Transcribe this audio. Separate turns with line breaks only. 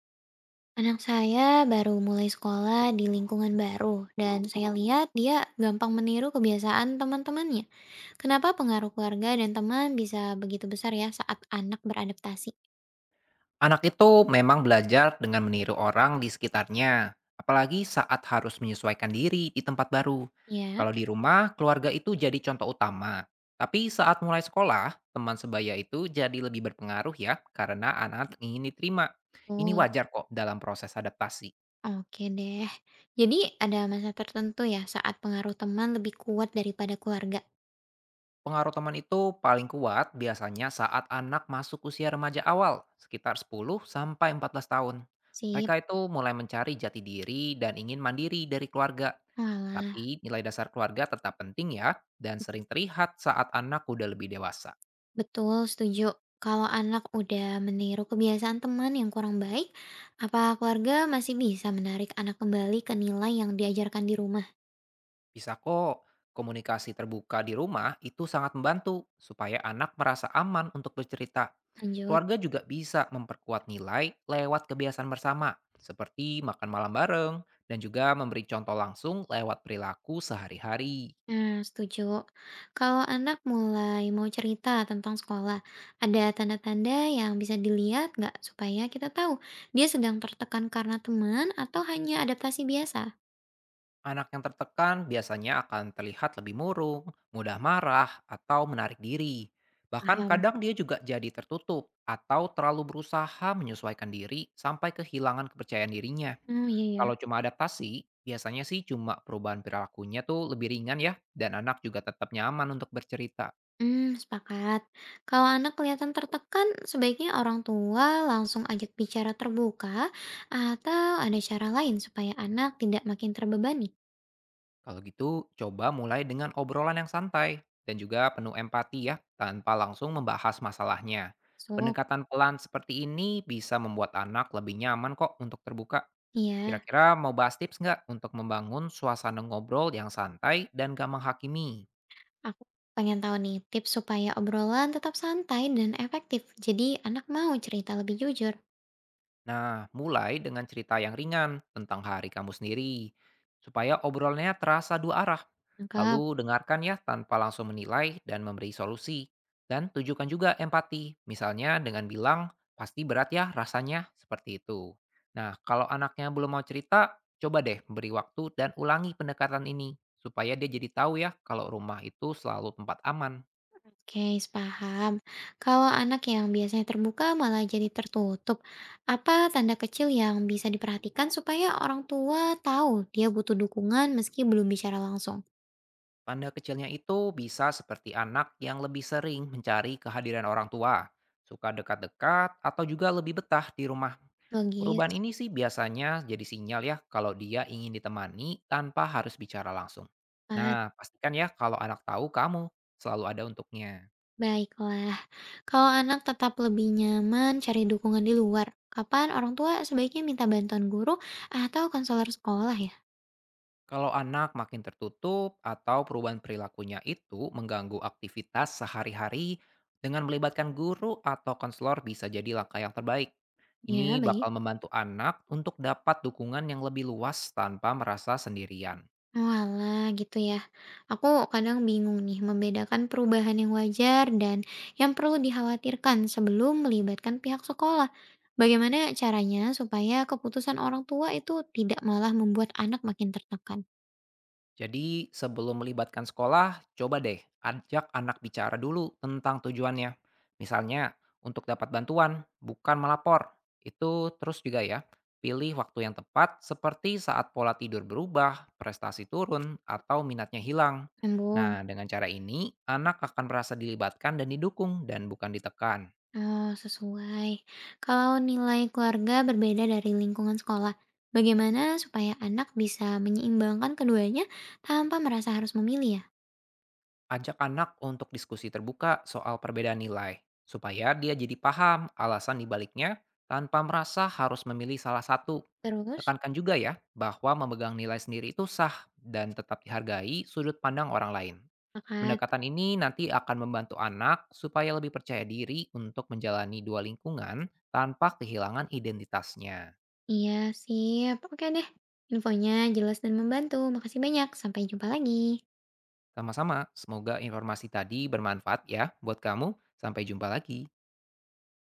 Anak saya baru mulai sekolah di lingkungan baru, dan saya lihat dia gampang meniru kebiasaan teman-temannya. Kenapa pengaruh keluarga dan teman bisa begitu besar ya saat anak beradaptasi?
Anak itu memang belajar dengan meniru orang di sekitarnya, apalagi saat harus menyesuaikan diri di tempat baru.
Ya,
Kalau di rumah, keluarga itu jadi contoh utama. Tapi saat mulai sekolah, teman sebaya itu jadi lebih berpengaruh ya, karena anak ingin diterima. Ini
oh,
wajar kok dalam proses adaptasi.
oke deh. Jadi ada masa tertentu ya saat pengaruh teman lebih kuat daripada keluarga.
Pengaruh teman itu paling kuat biasanya saat anak masuk usia remaja awal, sekitar 10 sampai 14 tahun.
Sip,
Mereka itu mulai mencari jati diri dan ingin mandiri dari keluarga.
walah,
Tapi nilai dasar keluarga tetap penting ya, dan sering terlihat saat anak udah lebih dewasa.
betul setuju. Kalau anak udah meniru kebiasaan teman yang kurang baik, apa keluarga masih bisa menarik anak kembali ke nilai yang diajarkan di rumah?
Bisa kok, komunikasi terbuka di rumah itu sangat membantu supaya anak merasa aman untuk bercerita.
Lanjut.
Keluarga juga bisa memperkuat nilai lewat kebiasaan bersama, seperti makan malam bareng dan juga memberi contoh langsung lewat perilaku sehari-hari.
Nah, setuju. Kalau anak mulai mau cerita tentang sekolah, ada tanda-tanda yang bisa dilihat nggak supaya kita tahu dia sedang tertekan karena teman atau hanya adaptasi biasa?
Anak yang tertekan biasanya akan terlihat lebih murung, mudah marah, atau menarik diri. Bahkan
Paham.
kadang dia juga jadi tertutup atau terlalu berusaha menyesuaikan diri sampai kehilangan kepercayaan dirinya.
Hmm, iya ya.
Kalau cuma adaptasi, biasanya sih cuma perubahan perilakunya tuh lebih ringan ya, dan anak juga tetap nyaman untuk bercerita.
Hmm, sepakat. Kalau anak kelihatan tertekan, sebaiknya orang tua langsung ajak bicara terbuka atau ada cara lain supaya anak tidak makin terbebani.
Kalau gitu, coba mulai dengan obrolan yang santai dan juga penuh empati ya, tanpa langsung membahas masalahnya.
So,
Pendekatan pelan seperti ini bisa membuat anak lebih nyaman kok untuk terbuka.
iya.
Kira-kira mau bahas tips nggak untuk membangun suasana ngobrol yang santai dan gak menghakimi?
Aku pengen tahu nih tips supaya obrolan tetap santai dan efektif. Jadi anak mau cerita lebih jujur.
Nah, mulai dengan cerita yang ringan tentang hari kamu sendiri, supaya obrolannya terasa dua arah.
Lengkap.
Lalu dengarkan ya tanpa langsung menilai dan memberi solusi. Dan tunjukkan juga empati, misalnya dengan bilang, pasti berat ya rasanya, seperti itu. Nah, kalau anaknya belum mau cerita, coba deh beri waktu dan ulangi pendekatan ini, supaya dia jadi tahu ya kalau rumah itu selalu tempat aman.
Oke, paham. Kalau anak yang biasanya terbuka malah jadi tertutup. Apa tanda kecil yang bisa diperhatikan supaya orang tua tahu dia butuh dukungan meski belum bicara langsung?
Tanda kecilnya itu bisa seperti anak yang lebih sering mencari kehadiran orang tua, suka dekat-dekat, atau juga lebih betah di rumah.
Logis.
Perubahan ini sih biasanya jadi sinyal ya kalau dia ingin ditemani tanpa harus bicara langsung.
Pat.
Nah, pastikan ya kalau anak tahu kamu selalu ada untuknya.
Baiklah. Kalau anak tetap lebih nyaman cari dukungan di luar, kapan orang tua sebaiknya minta bantuan guru atau konselor sekolah ya?
Kalau anak makin tertutup atau perubahan perilakunya itu mengganggu aktivitas sehari-hari, dengan melibatkan guru atau konselor bisa jadi langkah yang terbaik. Ini
Ya, baik.
bakal membantu anak untuk dapat dukungan yang lebih luas tanpa merasa sendirian.
Oalah gitu ya. Aku kadang bingung nih membedakan perubahan yang wajar dan yang perlu dikhawatirkan sebelum melibatkan pihak sekolah. Bagaimana caranya supaya keputusan orang tua itu tidak malah membuat anak makin tertekan?
Jadi, sebelum melibatkan sekolah, coba deh ajak anak bicara dulu tentang tujuannya. Misalnya, untuk dapat bantuan, bukan melapor. Itu terus juga ya, pilih waktu yang tepat seperti saat pola tidur berubah, prestasi turun, atau minatnya hilang.
Nyambung.
Nah, dengan cara ini, anak akan merasa dilibatkan dan didukung dan bukan ditekan.
Oh, sesuai. Kalau nilai keluarga berbeda dari lingkungan sekolah, bagaimana supaya anak bisa menyeimbangkan keduanya tanpa merasa harus memilih ya?
Ajak anak untuk diskusi terbuka soal perbedaan nilai, supaya dia jadi paham alasan dibaliknya tanpa merasa harus memilih salah satu.
Terus,
Tekankan juga ya bahwa memegang nilai sendiri itu sah dan tetap dihargai sudut pandang orang lain.
makan.
Pendekatan ini nanti akan membantu anak supaya lebih percaya diri untuk menjalani dua lingkungan tanpa kehilangan identitasnya.
Iya, sip. Oke deh. Infonya jelas dan membantu. Makasih banyak. Sampai jumpa lagi.
Sama-sama, semoga informasi tadi bermanfaat ya buat kamu. Sampai jumpa lagi.